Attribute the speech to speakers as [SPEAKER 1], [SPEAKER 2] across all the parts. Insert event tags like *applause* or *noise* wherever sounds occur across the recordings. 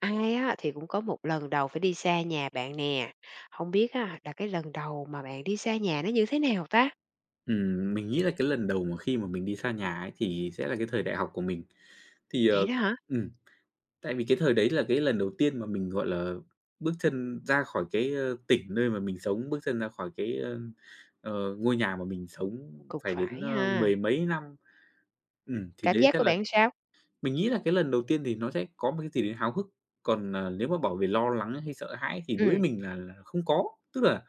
[SPEAKER 1] Ai á thì cũng có một lần đầu phải đi xa nhà bạn nè, không biết á là cái lần đầu mà bạn đi xa nhà nó như thế nào ta?
[SPEAKER 2] Mình nghĩ là cái lần đầu mà khi mà mình đi xa nhà ấy thì sẽ là cái thời đại học của mình. Thì, ờ
[SPEAKER 1] Vậy đó hả?
[SPEAKER 2] ừm, Tại vì cái thời đấy là cái lần đầu tiên mà mình, gọi là, bước chân ra khỏi tỉnh nơi mà mình sống, bước chân ra khỏi ngôi nhà mà mình sống
[SPEAKER 1] Cũng
[SPEAKER 2] phải đến,
[SPEAKER 1] phải
[SPEAKER 2] ơ,
[SPEAKER 1] ha.
[SPEAKER 2] mười mấy năm. Thì
[SPEAKER 1] Cảm
[SPEAKER 2] đấy
[SPEAKER 1] giác
[SPEAKER 2] sẽ
[SPEAKER 1] của
[SPEAKER 2] là
[SPEAKER 1] bạn sao?
[SPEAKER 2] mình nghĩ là cái lần đầu tiên thì nó sẽ có một cái gì đấy háo hức, còn nếu mà bảo về lo lắng hay sợ hãi thì đối với
[SPEAKER 1] Ừm.
[SPEAKER 2] mình là không có. Tức là,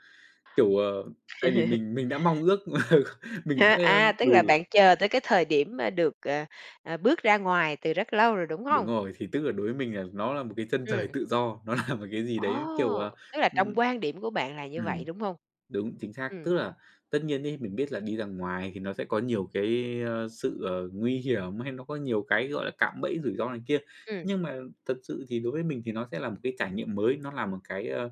[SPEAKER 2] kiểu, tại vì mình
[SPEAKER 1] *laughs*
[SPEAKER 2] mình đã mong ước *laughs* mình đã,
[SPEAKER 1] Ha,
[SPEAKER 2] ơ
[SPEAKER 1] à, tức là
[SPEAKER 2] ừ.
[SPEAKER 1] bạn chờ tới cái thời điểm, a, được, bước ra ngoài từ rất lâu rồi, đúng
[SPEAKER 2] Đúng
[SPEAKER 1] không?
[SPEAKER 2] rồi, thì tức là đối với mình là nó là một cái chân trời
[SPEAKER 1] Ừm.
[SPEAKER 2] tự do, nó *laughs* là một cái gì đấy, kiểu,
[SPEAKER 1] Ồ, tức là trong
[SPEAKER 2] ừm,
[SPEAKER 1] quan điểm của bạn là như vậy,
[SPEAKER 2] ừm,
[SPEAKER 1] đúng không?
[SPEAKER 2] đúng, chính xác.
[SPEAKER 1] Ừm,
[SPEAKER 2] Tức là tất nhiên đi mình biết là đi ra ngoài thì nó sẽ có nhiều cái sự nguy hiểm hay nó có nhiều cái, gọi là, cạm bẫy rủi ro này kia,
[SPEAKER 1] ừm.
[SPEAKER 2] nhưng mà thật sự thì đối với mình thì nó sẽ là một cái trải nghiệm mới, nó là một cái, ơ,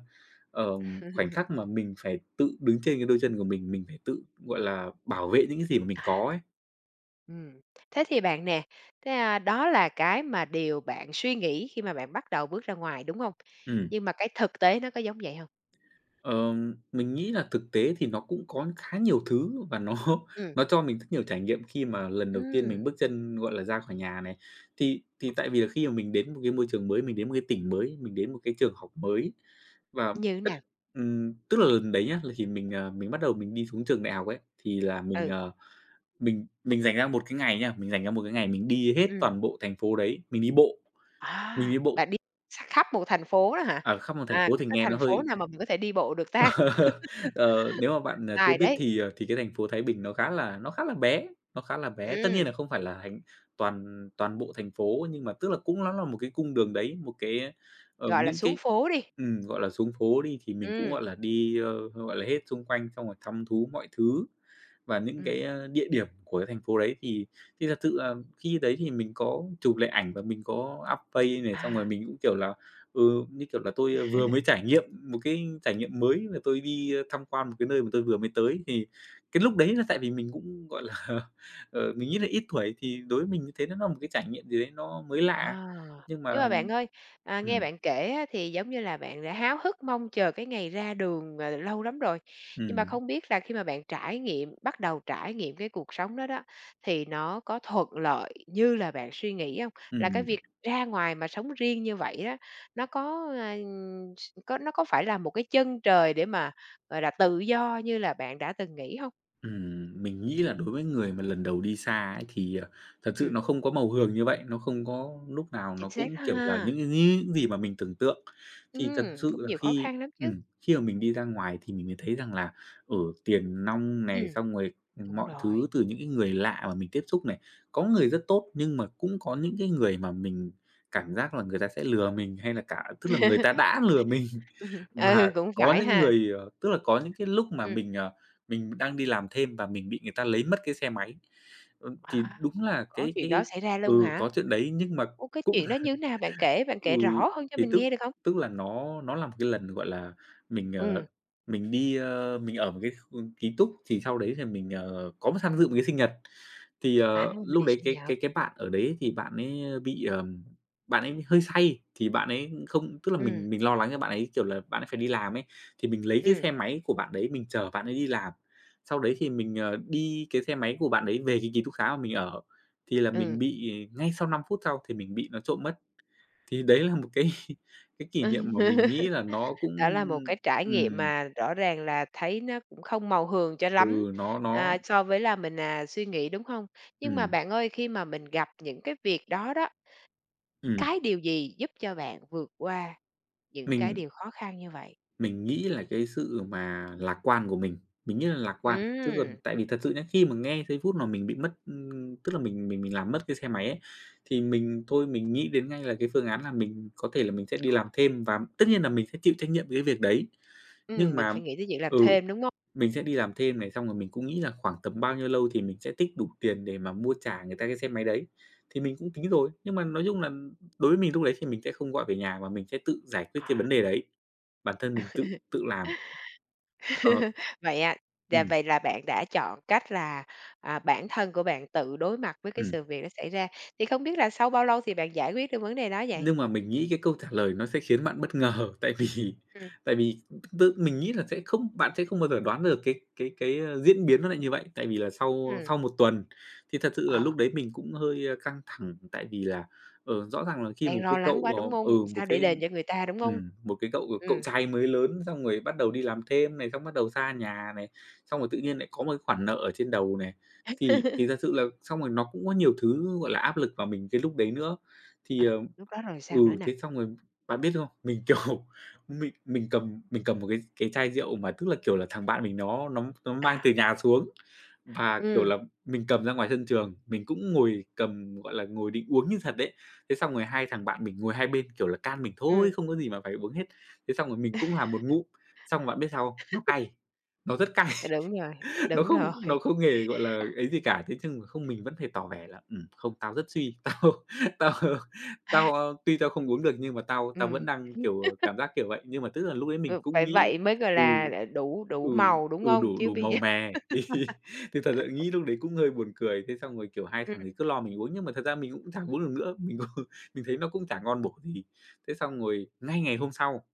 [SPEAKER 2] ờm, khoảnh
[SPEAKER 1] *laughs*
[SPEAKER 2] khắc mà mình phải tự đứng trên cái đôi chân của mình phải tự, gọi là, bảo vệ những cái gì mà mình có ấy.
[SPEAKER 1] Ừm. Thế thì bạn nè, thế, a, đó là cái mà điều bạn suy nghĩ khi mà bạn bắt đầu bước ra ngoài, đúng không?
[SPEAKER 2] Ừm.
[SPEAKER 1] Nhưng mà cái thực tế nó có giống vậy không?
[SPEAKER 2] Mình nghĩ là thực tế thì nó cũng có khá nhiều thứ và nó *laughs*
[SPEAKER 1] Ừm,
[SPEAKER 2] nó cho mình rất nhiều trải nghiệm khi mà lần đầu tiên
[SPEAKER 1] ừm,
[SPEAKER 2] mình bước chân, gọi là, ra khỏi nhà này. Thì tại vì là khi mà mình đến một cái môi trường mới, mình đến một cái tỉnh mới, mình đến một cái trường học mới và
[SPEAKER 1] như thế
[SPEAKER 2] tất
[SPEAKER 1] nào?
[SPEAKER 2] tức là lần đấy nhá, là thì mình mình bắt đầu mình đi xuống trường đại học ấy, thì là mình,
[SPEAKER 1] Ừ,
[SPEAKER 2] ờ, mình dành ra một cái ngày nhá mình dành ra một cái ngày mình đi hết
[SPEAKER 1] ừm,
[SPEAKER 2] toàn bộ thành phố đấy, mình đi
[SPEAKER 1] à,
[SPEAKER 2] bộ
[SPEAKER 1] bạn đi x khắp một thành phố đó hả?
[SPEAKER 2] ở khắp một thành
[SPEAKER 1] À,
[SPEAKER 2] phố
[SPEAKER 1] có
[SPEAKER 2] thì
[SPEAKER 1] cái
[SPEAKER 2] nghe nó
[SPEAKER 1] thành phố
[SPEAKER 2] hơi
[SPEAKER 1] nào mà mình có thể đi bộ được ta?
[SPEAKER 2] *laughs* Ờ, nếu mà bạn chưa
[SPEAKER 1] Tài
[SPEAKER 2] biết
[SPEAKER 1] đấy,
[SPEAKER 2] thì, ờ, thì cái thành phố Thái Bình nó khá là bé, nó khá là bé. Tất nhiên là
[SPEAKER 1] ừm,
[SPEAKER 2] không phải là thành toàn toàn bộ thành phố, nhưng mà tức là cũng nó là một cái cung đường đấy, một cái
[SPEAKER 1] gọi là,
[SPEAKER 2] những
[SPEAKER 1] xuống
[SPEAKER 2] cái
[SPEAKER 1] phố đi,
[SPEAKER 2] gọi là, xuống phố đi thì mình cũng,
[SPEAKER 1] ừm,
[SPEAKER 2] gọi là, đi gọi là, hết xung quanh xong rồi thăm thú mọi thứ và những
[SPEAKER 1] ừm,
[SPEAKER 2] cái địa điểm của cái thành phố đấy thì thật sự là khi đấy thì mình có chụp lại ảnh và mình có up face này, xong rồi
[SPEAKER 1] à.
[SPEAKER 2] mình cũng, kiểu là, Ừ, như kiểu là, tôi vừa mới trải nghiệm một cái trải nghiệm mới là tôi đi tham quan một cái nơi mà tôi vừa mới tới, thì cái lúc đấy là tại vì mình cũng, gọi là, *laughs* mình nghĩ là ít tuổi thì đối với mình như thế nó là một cái trải nghiệm gì đấy nó mới lạ.
[SPEAKER 1] À,
[SPEAKER 2] Nhưng mà
[SPEAKER 1] nhưng mà bạn ơi, à, nghe
[SPEAKER 2] ừm,
[SPEAKER 1] bạn kể á, thì giống như là bạn đã háo hức mong chờ cái ngày ra đường, ờ, lâu lắm rồi. Nhưng mà
[SPEAKER 2] ừm,
[SPEAKER 1] không biết là khi mà bạn trải nghiệm bắt đầu trải nghiệm cái cuộc sống đó đó, thì nó có thuận lợi như là bạn suy nghĩ không? Là cái
[SPEAKER 2] ừm.
[SPEAKER 1] việc ra ngoài mà sống riêng như vậy đó, nó có, à, s có nó có phải là một cái chân trời để mà, gọi là, tự do như là bạn đã từng nghĩ không?
[SPEAKER 2] Mình nghĩ là đối với người mà lần đầu đi xa ấy thì thật sự
[SPEAKER 1] Ừm,
[SPEAKER 2] nó không có màu hường như vậy, nó không có lúc nào nó
[SPEAKER 1] chính xác
[SPEAKER 2] cũng,
[SPEAKER 1] đó
[SPEAKER 2] kiểu là,
[SPEAKER 1] ha.
[SPEAKER 2] những cái những gì mà mình tưởng tượng. Thì thật sự
[SPEAKER 1] Cũng
[SPEAKER 2] là
[SPEAKER 1] nhiều khó
[SPEAKER 2] khi
[SPEAKER 1] khăn lắm chứ.
[SPEAKER 2] Khi mà mình đi ra ngoài thì mình mới thấy rằng là, ừ, tiền nong này,
[SPEAKER 1] Ừm,
[SPEAKER 2] xong rồi,
[SPEAKER 1] đúng
[SPEAKER 2] mọi
[SPEAKER 1] rồi.
[SPEAKER 2] thứ từ những cái người lạ mà mình tiếp xúc này. Có người rất tốt nhưng mà cũng có những cái người mà mình cảm giác là người ta sẽ lừa mình hay là cả tức là người ta đã lừa mình. *laughs*
[SPEAKER 1] Ừ,
[SPEAKER 2] Và
[SPEAKER 1] cũng
[SPEAKER 2] có
[SPEAKER 1] phải
[SPEAKER 2] những
[SPEAKER 1] ha.
[SPEAKER 2] người, ờ tức là có những cái lúc mà
[SPEAKER 1] Ừm,
[SPEAKER 2] mình đang đi làm thêm và mình bị người ta lấy mất cái xe máy. Thì
[SPEAKER 1] à,
[SPEAKER 2] đúng là
[SPEAKER 1] có chuyện đó
[SPEAKER 2] cái
[SPEAKER 1] xảy ra
[SPEAKER 2] Ừ,
[SPEAKER 1] luôn hả?
[SPEAKER 2] có chuyện đấy nhưng mà
[SPEAKER 1] Ô, cái
[SPEAKER 2] cũng
[SPEAKER 1] chuyện đó như thế nào? Bạn
[SPEAKER 2] Ừ,
[SPEAKER 1] kể rõ hơn cho
[SPEAKER 2] thì
[SPEAKER 1] mình
[SPEAKER 2] tức
[SPEAKER 1] nghe được không?
[SPEAKER 2] tức là nó là một cái lần, gọi là, mình, ờ,
[SPEAKER 1] Ừm,
[SPEAKER 2] mình đi mình ở một cái kh ký túc, thì sau đấy thì mình có một tham
[SPEAKER 1] ừm,
[SPEAKER 2] dự một cái sinh nhật.
[SPEAKER 1] à, mình
[SPEAKER 2] Lúc
[SPEAKER 1] đi
[SPEAKER 2] đấy
[SPEAKER 1] sinh
[SPEAKER 2] cái cái
[SPEAKER 1] nhật.
[SPEAKER 2] cái bạn ở đấy thì bạn ấy bị bạn ấy hơi say, thì bạn ấy không tức là
[SPEAKER 1] Ừm,
[SPEAKER 2] mình lo lắng cho bạn ấy, kiểu là, bạn ấy phải đi làm ấy, thì mình lấy cái
[SPEAKER 1] ừm,
[SPEAKER 2] xe máy của bạn đấy mình chở bạn ấy đi làm. Sau đấy thì mình đi cái xe máy của bạn đấy về cái ký túc xá mà mình ở, thì là
[SPEAKER 1] ừ.
[SPEAKER 2] mình bị ngay sau 5 phút sau thì mình bị nó trộm mất. Thì đấy là một cái *laughs* cái kỷ niệm mà mình nghĩ
[SPEAKER 1] *laughs*
[SPEAKER 2] là nó cũng
[SPEAKER 1] Đó là một cái trải nghiệm
[SPEAKER 2] ừm,
[SPEAKER 1] mà rõ ràng là thấy nó cũng không màu hường cho lắm,
[SPEAKER 2] ừ, nó
[SPEAKER 1] à, so với là mình, à, suy nghĩ, đúng không? Nhưng mà
[SPEAKER 2] ừm,
[SPEAKER 1] bạn ơi, khi mà mình gặp những cái việc đó đó,
[SPEAKER 2] ừm,
[SPEAKER 1] cái điều gì giúp cho bạn vượt qua những cái
[SPEAKER 2] mình
[SPEAKER 1] điều khó khăn như vậy?
[SPEAKER 2] mình nghĩ là cái sự mà lạc quan của mình nghĩ là lạc quan. Tức là
[SPEAKER 1] Ừm,
[SPEAKER 2] tại vì thật sự nhá, khi mà nghe giây phút mà mình bị mất tức là mình làm mất cái xe máy ấy, thì mình thôi mình nghĩ đến ngay là cái phương án là mình có thể là mình sẽ đi làm thêm và tất nhiên là mình sẽ chịu trách nhiệm với cái việc đấy. Nhưng
[SPEAKER 1] mình
[SPEAKER 2] mà
[SPEAKER 1] phải nghĩ tới việc làm
[SPEAKER 2] ừ.
[SPEAKER 1] thêm, đúng không?
[SPEAKER 2] Mình sẽ đi làm thêm này, xong rồi mình cũng nghĩ là khoảng tầm bao nhiêu lâu thì mình sẽ tích đủ tiền để mà mua trả người ta cái xe máy đấy. Thì mình cũng tính rồi, nhưng mà nói chung là đối với mình lúc đấy thì mình sẽ không gọi về nhà mà mình sẽ tự giải quyết
[SPEAKER 1] À.
[SPEAKER 2] cái vấn đề đấy. Bản thân mình tự tự làm. Ờ,
[SPEAKER 1] *laughs* Vậy à, dạ
[SPEAKER 2] ừm,
[SPEAKER 1] vậy là bạn đã chọn cách là, à, bản thân của bạn tự đối mặt với cái
[SPEAKER 2] ừm.
[SPEAKER 1] sự việc nó xảy ra, thì không biết là sau bao lâu thì bạn giải quyết được vấn đề đó vậy?
[SPEAKER 2] Nhưng mà mình nghĩ cái câu trả lời nó sẽ khiến bạn bất ngờ, *laughs* tại vì
[SPEAKER 1] Ừm,
[SPEAKER 2] tại vì tự mình nghĩ là sẽ không bạn sẽ không bao giờ đoán được cái cái diễn biến nó lại như vậy. Tại vì là sau
[SPEAKER 1] ừm.
[SPEAKER 2] sau một tuần thì thật sự là
[SPEAKER 1] Ờ,
[SPEAKER 2] lúc đấy mình cũng hơi căng thẳng, tại vì là, rõ ràng là khi một
[SPEAKER 1] đang
[SPEAKER 2] cái
[SPEAKER 1] lo
[SPEAKER 2] cậu,
[SPEAKER 1] lắng quá, đúng không?
[SPEAKER 2] ờ ừ,
[SPEAKER 1] Sao để đền cho người ta, đúng không?
[SPEAKER 2] Một cái cậu cậu
[SPEAKER 1] Ừm,
[SPEAKER 2] trai mới lớn xong rồi bắt đầu đi làm thêm này, xong bắt đầu xa nhà này, xong rồi tự nhiên lại có một cái khoản nợ ở trên đầu này. Thì thật sự là xong rồi nó cũng có nhiều thứ, gọi là, áp lực vào mình cái lúc đấy nữa. Thì,
[SPEAKER 1] ờ,
[SPEAKER 2] ờ
[SPEAKER 1] lúc đó rồi sao nữa nè?
[SPEAKER 2] Thế xong rồi bạn biết không? Mình, *laughs* kiểu, mình cầm một cái chai rượu mà tức là, kiểu là, thằng bạn mình nó mang
[SPEAKER 1] À,
[SPEAKER 2] từ nhà xuống. Và, kiểu
[SPEAKER 1] ừm,
[SPEAKER 2] là, mình cầm ra ngoài sân trường, mình cũng ngồi cầm, gọi là, ngồi định uống như thật đấy. Thế xong rồi hai thằng bạn mình ngồi hai bên, kiểu là, can mình thôi,
[SPEAKER 1] ừm.
[SPEAKER 2] không có gì mà phải uống hết. Thế xong rồi mình cũng làm một ngụm, xong bạn biết sao không? Nó cay, nó rất cay.
[SPEAKER 1] Đúng rồi,
[SPEAKER 2] Nó
[SPEAKER 1] đúng
[SPEAKER 2] không
[SPEAKER 1] rồi,
[SPEAKER 2] nó
[SPEAKER 1] *laughs*
[SPEAKER 2] không hề, gọi là, ấy gì cả, thế nhưng mà không mình vẫn phải tỏ vẻ là không, tao rất suy, *laughs* tao tao tao, a, tuy tao không uống được nhưng mà tao tao vẫn
[SPEAKER 1] ừm,
[SPEAKER 2] đang, kiểu, cảm giác kiểu vậy." Nhưng mà tức là lúc ấy
[SPEAKER 1] v
[SPEAKER 2] mình cũng
[SPEAKER 1] phải
[SPEAKER 2] nghĩ
[SPEAKER 1] vậy mới, gọi
[SPEAKER 2] ừ,
[SPEAKER 1] là, đủ
[SPEAKER 2] ừ,
[SPEAKER 1] đủ màu, đúng không?
[SPEAKER 2] đủ
[SPEAKER 1] Chứ
[SPEAKER 2] đủ
[SPEAKER 1] bây
[SPEAKER 2] màu
[SPEAKER 1] giờ
[SPEAKER 2] mè, *laughs* thì thật sự nghĩ lúc đấy cũng hơi buồn cười. Thế xong rồi, kiểu, hai
[SPEAKER 1] ừm.
[SPEAKER 2] thằng
[SPEAKER 1] *laughs*
[SPEAKER 2] ấy cứ lo mình uống nhưng mà thật ra mình cũng chẳng uống được nữa, mình cũng *laughs* mình thấy nó cũng chả ngon bổ gì. Thế xong rồi ngay ngày hôm sau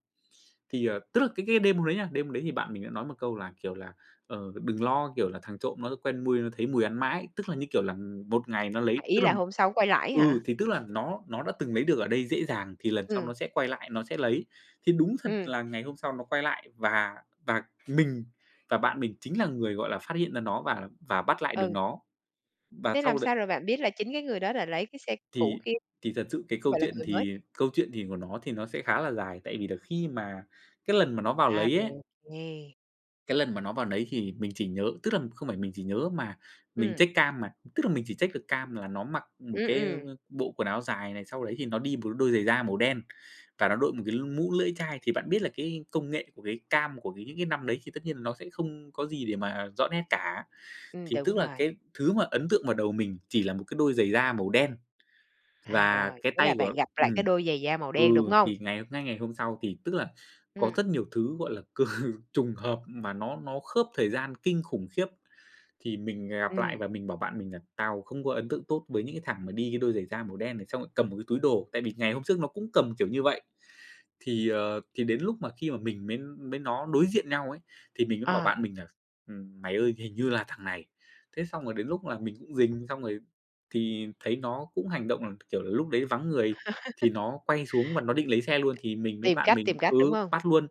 [SPEAKER 2] thì tức là cái đêm hôm đấy nha, đêm hôm đấy thì bạn mình đã nói một câu là, kiểu là, ờ, "Đừng lo, kiểu là, thằng trộm nó quen mùi, nó thấy mùi ăn mãi." Tức là, như kiểu là, một ngày nó
[SPEAKER 1] À,
[SPEAKER 2] lấy
[SPEAKER 1] ý
[SPEAKER 2] tức là
[SPEAKER 1] là hôm sau quay lại
[SPEAKER 2] ừ,
[SPEAKER 1] hả?
[SPEAKER 2] thì tức là nó đã từng lấy được ở đây dễ dàng thì lần sau nó
[SPEAKER 1] Ừm.
[SPEAKER 2] sẽ quay lại nó sẽ lấy. Thì đúng thật
[SPEAKER 1] Ừm.
[SPEAKER 2] là ngày hôm sau nó quay lại và mình và bạn mình chính là người, gọi là, phát hiện ra nó và bắt lại được
[SPEAKER 1] Ừ.
[SPEAKER 2] nó. Và
[SPEAKER 1] Thế làm
[SPEAKER 2] sau đấy
[SPEAKER 1] sao rồi bạn biết là chính cái người đó là lấy cái xe cũ
[SPEAKER 2] thì
[SPEAKER 1] kia
[SPEAKER 2] thì thật sự
[SPEAKER 1] chứ
[SPEAKER 2] cái
[SPEAKER 1] không
[SPEAKER 2] câu
[SPEAKER 1] phải là
[SPEAKER 2] chuyện
[SPEAKER 1] người mới?
[SPEAKER 2] thì câu chuyện của nó thì nó sẽ khá là dài, tại vì là khi mà cái lần mà nó vào
[SPEAKER 1] À,
[SPEAKER 2] lấy ấy
[SPEAKER 1] rồi, nghe.
[SPEAKER 2] Cái lần mà nó vào đấy thì mình chỉ nhớ, tức là không phải mình chỉ nhớ mà mình
[SPEAKER 1] Ừm,
[SPEAKER 2] check cam mà, tức là mình chỉ check được cam là nó mặc một
[SPEAKER 1] ừm,
[SPEAKER 2] cái
[SPEAKER 1] ừm,
[SPEAKER 2] bộ quần áo dài này, sau đấy thì nó đi một đôi giày da màu đen và nó đội một cái mũ lưỡi chai. Thì bạn biết là cái công nghệ của cái cam, của những cái năm đấy thì tất nhiên là nó sẽ không có gì để mà rõ nét cả. Thì
[SPEAKER 1] đúng
[SPEAKER 2] tức là
[SPEAKER 1] rồi.
[SPEAKER 2] cái thứ mà ấn tượng vào đầu mình chỉ là một cái đôi giày da màu đen
[SPEAKER 1] À,
[SPEAKER 2] và
[SPEAKER 1] rồi,
[SPEAKER 2] cái
[SPEAKER 1] thế là
[SPEAKER 2] tay của
[SPEAKER 1] bạn gặp lại
[SPEAKER 2] ừm.
[SPEAKER 1] cái đôi giày da màu đen, đúng
[SPEAKER 2] Ừ,
[SPEAKER 1] hông?
[SPEAKER 2] thì ngày hôm sau thì tức là có
[SPEAKER 1] Ừm,
[SPEAKER 2] rất nhiều thứ, gọi là, cừ *laughs* trùng hợp mà nó khớp thời gian kinh khủng khiếp. Thì mình gặp lại
[SPEAKER 1] ừm,
[SPEAKER 2] và mình bảo bạn mình là "Tao không có ấn tượng tốt với những cái thằng mà đi cái đôi giày da màu đen này", xong lại cầm một cái túi đồ, tại vì ngày hôm trước nó cũng cầm kiểu như vậy. Thì đến lúc mà khi mà mình mới mới nó đối diện nhau ấy, thì mình mới bảo
[SPEAKER 1] ờ,
[SPEAKER 2] bạn mình là mày ơi, hình như là thằng này." Thế xong rồi đến lúc là mình cũng rình, xong rồi thì thấy nó cũng hành động là, kiểu là, lúc đấy vắng người thì nó quay xuống và nó định lấy xe luôn, thì mình với bạn mình
[SPEAKER 1] tìm cách,
[SPEAKER 2] ừ,
[SPEAKER 1] đúng hông?
[SPEAKER 2] bắt luôn,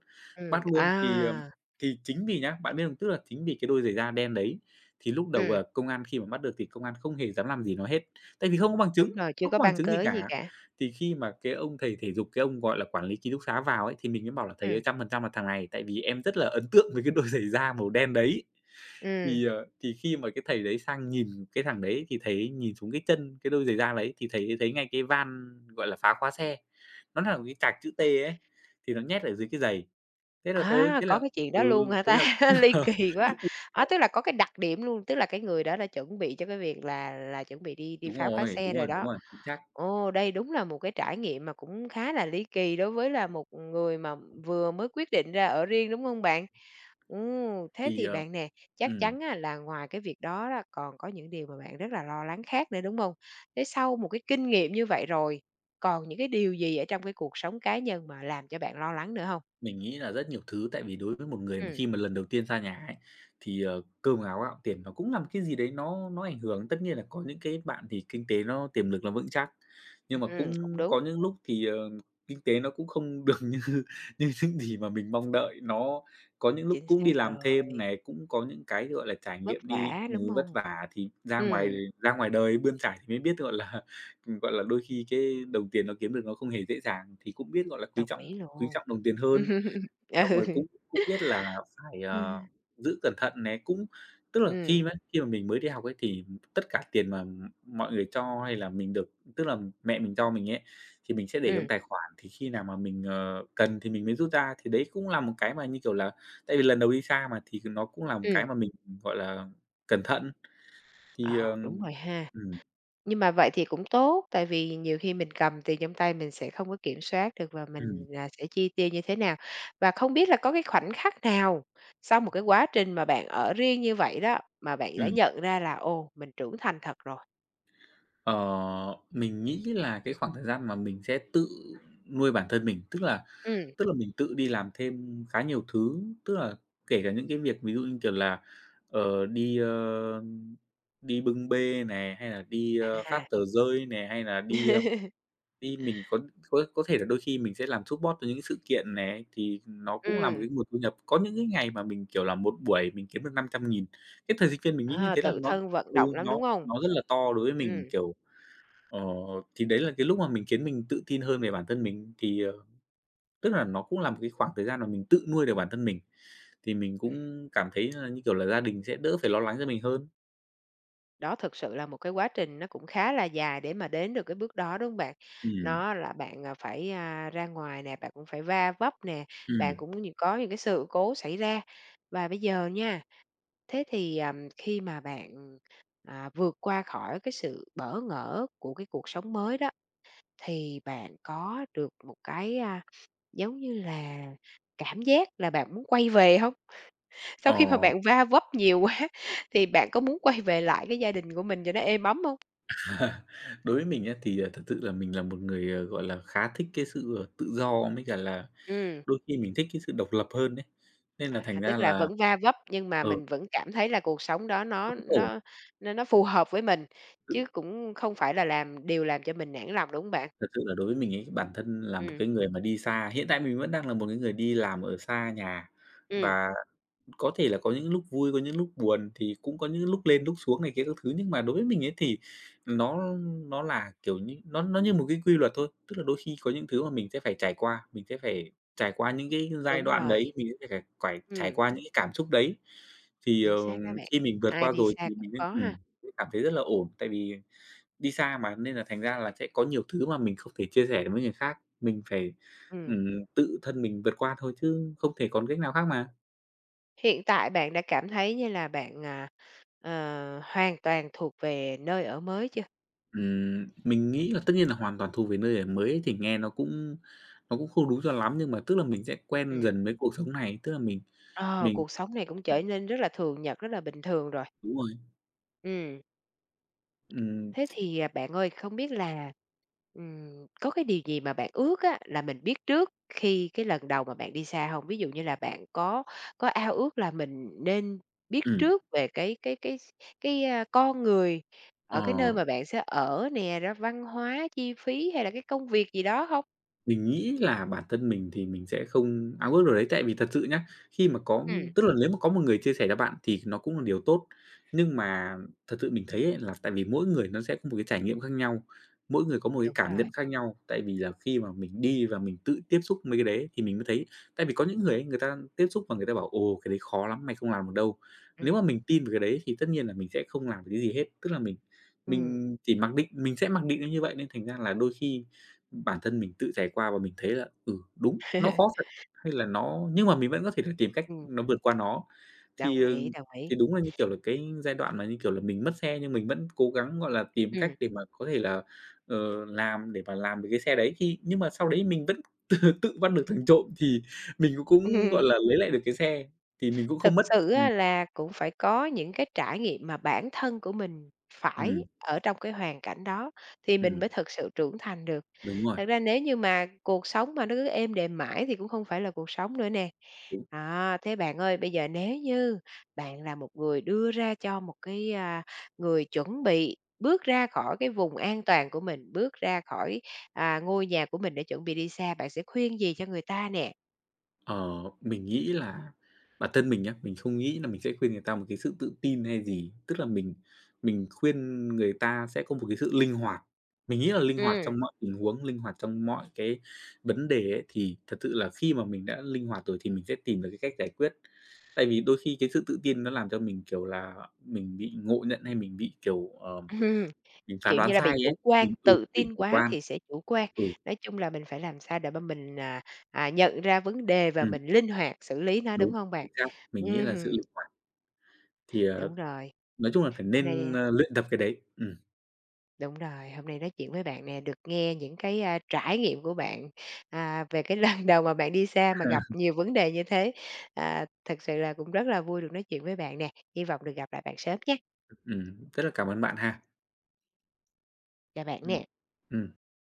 [SPEAKER 2] bắt luôn.
[SPEAKER 1] À,
[SPEAKER 2] Thì chính vì nhá, bạn biết không? Tức là chính vì cái đôi giày da đen đấy, thì lúc đầu,
[SPEAKER 1] ừm,
[SPEAKER 2] là công an khi mà bắt được thì công an không hề dám làm gì nó hết, tại vì không có bằng chứng,
[SPEAKER 1] đúng rồi, chưa
[SPEAKER 2] không
[SPEAKER 1] có
[SPEAKER 2] có bằng
[SPEAKER 1] băng
[SPEAKER 2] chứng gì
[SPEAKER 1] cớ
[SPEAKER 2] cả.
[SPEAKER 1] gì cả.
[SPEAKER 2] Thì khi mà cái ông thầy thể dục, cái ông, gọi là, quản lý ký túc xá vào ấy, thì mình mới bảo là "Thầy ơi,
[SPEAKER 1] Ừm,
[SPEAKER 2] trăm phần trăm là thằng này." Tại vì em rất là ấn tượng với cái đôi giày da màu đen đấy.
[SPEAKER 1] ừm,
[SPEAKER 2] Thì khi mà cái thầy đấy sang nhìn cái thằng đấy thì thấy nhìn xuống cái chân, cái đôi giày da đấy thì thấy thấy ngay cái van, gọi là, phá khóa xe, nó là một cái cạc chữ T ấy, thì nó nhét ở dưới cái giày. Thế là thôi,
[SPEAKER 1] à,
[SPEAKER 2] thế
[SPEAKER 1] có
[SPEAKER 2] là
[SPEAKER 1] cái chuyện
[SPEAKER 2] ừ,
[SPEAKER 1] đó luôn hả
[SPEAKER 2] thế
[SPEAKER 1] ta?
[SPEAKER 2] là
[SPEAKER 1] *laughs* Ly
[SPEAKER 2] *laughs*
[SPEAKER 1] kỳ quá. Á, tức là có cái đặc điểm luôn, tức là cái người đó đã chuẩn bị cho cái việc là chuẩn bị đi đi
[SPEAKER 2] đúng
[SPEAKER 1] phá khóa
[SPEAKER 2] rồi,
[SPEAKER 1] xe
[SPEAKER 2] đúng
[SPEAKER 1] rồi
[SPEAKER 2] rồi, đúng
[SPEAKER 1] đó.
[SPEAKER 2] rồi, chính xác.
[SPEAKER 1] Ồ, đây đúng là một cái trải nghiệm mà cũng khá là ly kỳ đối với là một người mà vừa mới quyết định ra ở riêng, đúng không bạn? Thế
[SPEAKER 2] Thì,
[SPEAKER 1] thì
[SPEAKER 2] ờ
[SPEAKER 1] bạn nè, chắc
[SPEAKER 2] ừm.
[SPEAKER 1] chắn á là ngoài cái việc đó là còn có những điều mà bạn rất là lo lắng khác nữa, đúng không? Thế sau một cái kinh nghiệm như vậy rồi, còn những cái điều gì ở trong cái cuộc sống cá nhân mà làm cho bạn lo lắng nữa không?
[SPEAKER 2] Mình nghĩ là rất nhiều thứ, tại vì đối với một người mà
[SPEAKER 1] Ừ,
[SPEAKER 2] khi mà lần đầu tiên xa nhà ấy, thì, cơm áo gạo tiền nó cũng là một cái gì đấy nó ảnh hưởng. Tất nhiên là có những cái bạn thì kinh tế nó tiềm lực nó vững chắc, nhưng mà
[SPEAKER 1] cũng
[SPEAKER 2] cũng
[SPEAKER 1] đúng,
[SPEAKER 2] có những lúc thì, kinh tế nó cũng không được như *laughs* như những gì mà mình mong đợi. Nó có những lúc
[SPEAKER 1] chính
[SPEAKER 2] cũng đi
[SPEAKER 1] xác
[SPEAKER 2] làm thêm
[SPEAKER 1] rồi,
[SPEAKER 2] này, cũng có những cái, gọi là, trải
[SPEAKER 1] vất
[SPEAKER 2] nghiệm đi
[SPEAKER 1] vả, đúng
[SPEAKER 2] ừ, vất
[SPEAKER 1] không?
[SPEAKER 2] vả thì ra ngoài,
[SPEAKER 1] Ừ,
[SPEAKER 2] ra ngoài đời bươn trải thì mới biết, gọi là, *laughs* gọi là, đôi khi cái đồng tiền nó kiếm được nó không hề dễ dàng, thì cũng biết, gọi là, quý
[SPEAKER 1] đồng
[SPEAKER 2] trọng
[SPEAKER 1] ý
[SPEAKER 2] quý
[SPEAKER 1] luôn.
[SPEAKER 2] trọng đồng tiền hơn.
[SPEAKER 1] *laughs*
[SPEAKER 2] Xong rồi cũng cũng biết là phải,
[SPEAKER 1] Ừ.
[SPEAKER 2] giữ cẩn thận né, cũng tức là
[SPEAKER 1] Ừ.
[SPEAKER 2] khi mà mình mới đi học ấy thì tất cả tiền mà mọi người cho hay là mình được, tức là mẹ mình cho mình ấy, thì mình sẽ để trong
[SPEAKER 1] Ừm.
[SPEAKER 2] tài khoản, thì khi nào mà mình, cần thì mình mới rút ra. Thì đấy cũng là một cái mà, như kiểu là, tại vì lần đầu đi xa mà, thì nó cũng là một
[SPEAKER 1] Ừm,
[SPEAKER 2] cái mà mình, gọi là, cẩn thận. Thì, ờ
[SPEAKER 1] ờ, đúng rồi ha. Nhưng mà vậy thì cũng tốt, tại vì nhiều khi mình cầm tiền trong tay mình sẽ không có kiểm soát được và mình,
[SPEAKER 2] ừm,
[SPEAKER 1] à, sẽ chi tiêu như thế nào. Và không biết là có cái khoảnh khắc nào sau một cái quá trình mà bạn ở riêng như vậy đó, mà bạn đã
[SPEAKER 2] ừm.
[SPEAKER 1] nhận ra là "Ồ, mình trưởng thành thật rồi."
[SPEAKER 2] Ờ, mình nghĩ là cái khoảng thời gian mà mình sẽ tự nuôi bản thân mình, tức là
[SPEAKER 1] Ừm,
[SPEAKER 2] tức là mình tự đi làm thêm khá nhiều thứ, tức là kể cả những cái việc ví dụ như, kiểu là, đi, đi bưng bê này, hay là đi, phát
[SPEAKER 1] à.
[SPEAKER 2] tờ rơi này, hay là đi,
[SPEAKER 1] *laughs*
[SPEAKER 2] đi mình có thể là đôi khi mình sẽ làm support cho những sự kiện này, thì nó cũng là một
[SPEAKER 1] Ừm,
[SPEAKER 2] cái nguồn thu nhập. Có những cái ngày mà mình, kiểu là, một buổi mình kiếm được 500.000. Cái thời sinh viên mình nghĩ như
[SPEAKER 1] à,
[SPEAKER 2] thế là
[SPEAKER 1] tự
[SPEAKER 2] nó
[SPEAKER 1] thân vận
[SPEAKER 2] ừ,
[SPEAKER 1] động lắm,
[SPEAKER 2] nó
[SPEAKER 1] đúng không?
[SPEAKER 2] nó rất là to đối với
[SPEAKER 1] Ừm.
[SPEAKER 2] mình, kiểu Ờ, thì đấy là cái lúc mà mình khiến mình tự tin hơn về bản thân mình, thì, tức là nó cũng là một cái khoảng thời gian mà mình tự nuôi được bản thân mình, thì mình cũng cảm thấy là, như kiểu là, gia đình sẽ đỡ phải lo lắng cho mình hơn.
[SPEAKER 1] Đó thực sự là một cái quá trình nó cũng khá là dài để mà đến được cái bước đó, đúng không bạn?
[SPEAKER 2] Ừm,
[SPEAKER 1] Nó là bạn, à, phải, a, ra ngoài nè, bạn cũng phải va vấp nè, bạn
[SPEAKER 2] ừm,
[SPEAKER 1] cũng như có những cái sự cố xảy ra. Và bây giờ nha, thế thì, khi mà bạn, à, vượt qua khỏi cái sự bỡ ngỡ của cái cuộc sống mới đó, thì bạn có được một cái, a, giống như là cảm giác là bạn muốn quay về không? Sau
[SPEAKER 2] ờ,
[SPEAKER 1] khi mà bạn va vấp nhiều quá *laughs* thì bạn có muốn quay về lại cái gia đình của mình cho nó êm ấm không?
[SPEAKER 2] *laughs* đối với mình á, thì, thật sự là mình là một người, gọi là, khá thích cái sự, tự do mới cả là
[SPEAKER 1] Ừm,
[SPEAKER 2] đôi khi mình thích cái sự độc lập hơn đấy, nên là
[SPEAKER 1] à,
[SPEAKER 2] thành ra
[SPEAKER 1] tức là
[SPEAKER 2] là,
[SPEAKER 1] vẫn va vấp nhưng mà
[SPEAKER 2] ở
[SPEAKER 1] mình vẫn cảm thấy là cuộc sống đó
[SPEAKER 2] nó
[SPEAKER 1] nó
[SPEAKER 2] vẫn ổn.
[SPEAKER 1] nó nó nó phù hợp với mình, chứ cũng không phải là làm điều làm cho mình nản lòng, đúng hông bạn?
[SPEAKER 2] Thật sự là đối với mình ấy, bản thân là một
[SPEAKER 1] Ừm,
[SPEAKER 2] cái người mà đi xa, hiện tại mình vẫn đang là một cái người đi làm ở xa nhà
[SPEAKER 1] ừm,
[SPEAKER 2] và có thể là có những lúc vui, có những lúc buồn, thì cũng có những lúc lên lúc xuống này kia các thứ, nhưng mà đối với mình ấy thì nó là, kiểu như, nó như một cái quy luật thôi. Tức là đôi khi có những thứ mà mình sẽ phải trải qua, mình sẽ phải trải qua những cái giai
[SPEAKER 1] đúng
[SPEAKER 2] đoạn
[SPEAKER 1] rồi,
[SPEAKER 2] đấy, mình sẽ phải phải trải
[SPEAKER 1] ừm,
[SPEAKER 2] qua những cái cảm xúc đấy. Thì, ờ,
[SPEAKER 1] chính xác đó bạn,
[SPEAKER 2] khi mình vượt
[SPEAKER 1] ai
[SPEAKER 2] qua
[SPEAKER 1] đi
[SPEAKER 2] rồi
[SPEAKER 1] xa
[SPEAKER 2] thì mình
[SPEAKER 1] cũng
[SPEAKER 2] nên
[SPEAKER 1] có ha.
[SPEAKER 2] sẽ cảm thấy rất là ổn, tại vì đi xa mà nên là thành ra là sẽ có nhiều thứ mà mình không thể chia sẻ với người khác, mình phải,
[SPEAKER 1] Ừm,
[SPEAKER 2] tự thân mình vượt qua thôi chứ không thể còn cách nào khác mà.
[SPEAKER 1] hiện tại bạn đã cảm thấy như là bạn, à, ờ, hoàn toàn thuộc về nơi ở mới chưa?
[SPEAKER 2] Mình nghĩ là tất nhiên là hoàn toàn thuộc về nơi ở mới thì nghe nó cũng không đúng cho lắm, nhưng mà tức là mình sẽ quen
[SPEAKER 1] Ừm,
[SPEAKER 2] dần với cuộc sống này, tức là
[SPEAKER 1] ờ,
[SPEAKER 2] mình
[SPEAKER 1] cuộc sống này cũng trở nên rất là thường nhật, rất là bình thường rồi.
[SPEAKER 2] đúng rồi,
[SPEAKER 1] Ừm.
[SPEAKER 2] ừm,
[SPEAKER 1] Thế thì, à, bạn ơi, không biết là, có cái điều gì mà bạn ước á, là mình biết trước khi cái lần đầu mà bạn đi xa không? Ví dụ như là bạn có ao ước là mình nên biết
[SPEAKER 2] ừm,
[SPEAKER 1] trước về cái, a, con người ở cái
[SPEAKER 2] ờ.
[SPEAKER 1] nơi mà bạn sẽ ở nè, rồi văn hóa, chi phí hay là cái công việc gì đó không?
[SPEAKER 2] Mình nghĩ là bản thân mình thì mình sẽ không ao ước điều đấy, tại vì thật sự nhá, khi mà có
[SPEAKER 1] Ừm,
[SPEAKER 2] tức là nếu mà có một người chia sẻ cho bạn thì nó cũng là điều tốt. Nhưng mà thật sự mình thấy ấy là tại vì mỗi người nó sẽ có một cái trải nghiệm khác nhau, mỗi người có một cái
[SPEAKER 1] đúng
[SPEAKER 2] cảm
[SPEAKER 1] rồi,
[SPEAKER 2] nhận khác nhau. Tại vì là khi mà mình đi và mình tự tiếp xúc mấy cái đấy thì mình mới thấy tại vì có những người ấy, người ta tiếp xúc và người ta bảo: "Ồ, cái đấy khó lắm, mày không làm được đâu." Nếu
[SPEAKER 1] ừm,
[SPEAKER 2] mà mình tin về cái đấy thì tất nhiên là mình sẽ không làm được cái gì hết, tức là mình
[SPEAKER 1] ừm, ừm,
[SPEAKER 2] mình chỉ mặc định, mình sẽ mặc định nó như vậy nên thành ra là đôi khi bản thân mình tự trải qua và mình thấy là, ừ, đúng, nó khó thật,
[SPEAKER 1] *laughs*
[SPEAKER 2] hay là nó nhưng mà mình vẫn có thể là tìm cách nó vượt qua nó.
[SPEAKER 1] đồng
[SPEAKER 2] Thì, ờ,
[SPEAKER 1] ý, đồng ý,
[SPEAKER 2] thì đúng là, như kiểu là, cái giai đoạn mà, như kiểu là, mình mất xe nhưng mình vẫn cố gắng, gọi là, tìm cách
[SPEAKER 1] ừm.
[SPEAKER 2] để mà có thể là, làm để mà làm được cái xe đấy. Thì nhưng mà sau đấy mình vẫn *laughs* tự tự bắt được thằng trộm thì mình cũng cũng, gọi
[SPEAKER 1] *laughs*
[SPEAKER 2] là, lấy lại được cái xe, thì mình cũng không
[SPEAKER 1] Thực
[SPEAKER 2] mất.
[SPEAKER 1] sự
[SPEAKER 2] Ừm,
[SPEAKER 1] á là cũng phải có những cái trải nghiệm mà bản thân của mình phải
[SPEAKER 2] ừm,
[SPEAKER 1] ở trong cái hoàn cảnh đó thì mình
[SPEAKER 2] ừm,
[SPEAKER 1] mới thực sự trưởng thành được.
[SPEAKER 2] đúng rồi,
[SPEAKER 1] Thật ra nếu như mà cuộc sống mà nó cứ êm đềm mãi thì cũng không phải là cuộc sống nữa nè.
[SPEAKER 2] đúng.
[SPEAKER 1] Đó, thế bạn ơi, bây giờ nếu như bạn là một người đưa ra cho một cái, à, người chuẩn bị bước ra khỏi cái vùng an toàn của mình, bước ra khỏi, à, ngôi nhà của mình để chuẩn bị đi xa, bạn sẽ khuyên gì cho người ta nè?
[SPEAKER 2] Ờ, mình nghĩ là bản thân mình nhá, mình không nghĩ là mình sẽ khuyên người ta một cái sự tự tin hay gì. Tức là mình khuyên người ta sẽ có một cái sự linh hoạt. Mình nghĩ là linh hoạt
[SPEAKER 1] Ừm.
[SPEAKER 2] trong mọi tình huống, linh hoạt trong mọi cái vấn đề ấy, thì thật sự là khi mà mình đã linh hoạt rồi thì mình sẽ tìm được cái cách giải quyết. Tại vì đôi khi cái sự tự tin nó làm cho mình, kiểu là, mình bị ngộ nhận hay mình bị, kiểu,
[SPEAKER 1] *laughs*
[SPEAKER 2] mình phán
[SPEAKER 1] Kiểu
[SPEAKER 2] đoán
[SPEAKER 1] như là,
[SPEAKER 2] sai
[SPEAKER 1] bị
[SPEAKER 2] ấy,
[SPEAKER 1] chủ quan,
[SPEAKER 2] mình ừ,
[SPEAKER 1] tự
[SPEAKER 2] bị
[SPEAKER 1] tin
[SPEAKER 2] chủ
[SPEAKER 1] quá
[SPEAKER 2] quan.
[SPEAKER 1] thì sẽ chủ quan.
[SPEAKER 2] Ừ,
[SPEAKER 1] Nói chung là mình phải làm sao để mà mình, à, à, nhận ra vấn đề và
[SPEAKER 2] ừm,
[SPEAKER 1] mình linh hoạt xử lý nó, đúng
[SPEAKER 2] đúng,
[SPEAKER 1] không bạn?
[SPEAKER 2] chính xác. Mình nghĩ là sự
[SPEAKER 1] Ừm,
[SPEAKER 2] linh hoạt. Thì, ờ
[SPEAKER 1] đúng rồi,
[SPEAKER 2] Nói chung là phải
[SPEAKER 1] hôm
[SPEAKER 2] nên,
[SPEAKER 1] nay
[SPEAKER 2] luyện tập cái đấy. Ừm.
[SPEAKER 1] đúng rồi, hôm nay nói chuyện với bạn nè, được nghe những cái, a, trải nghiệm của bạn, à, về cái *laughs* lần đầu mà bạn đi xa mà gặp
[SPEAKER 2] *laughs*
[SPEAKER 1] nhiều vấn đề như thế. À, thực sự là cũng rất là vui được nói chuyện với bạn nè, hy vọng được gặp lại bạn sớm nhé.
[SPEAKER 2] Rất là cảm ơn bạn ha.
[SPEAKER 1] Chào bạn
[SPEAKER 2] Ừm.
[SPEAKER 1] nè.
[SPEAKER 2] Ừm.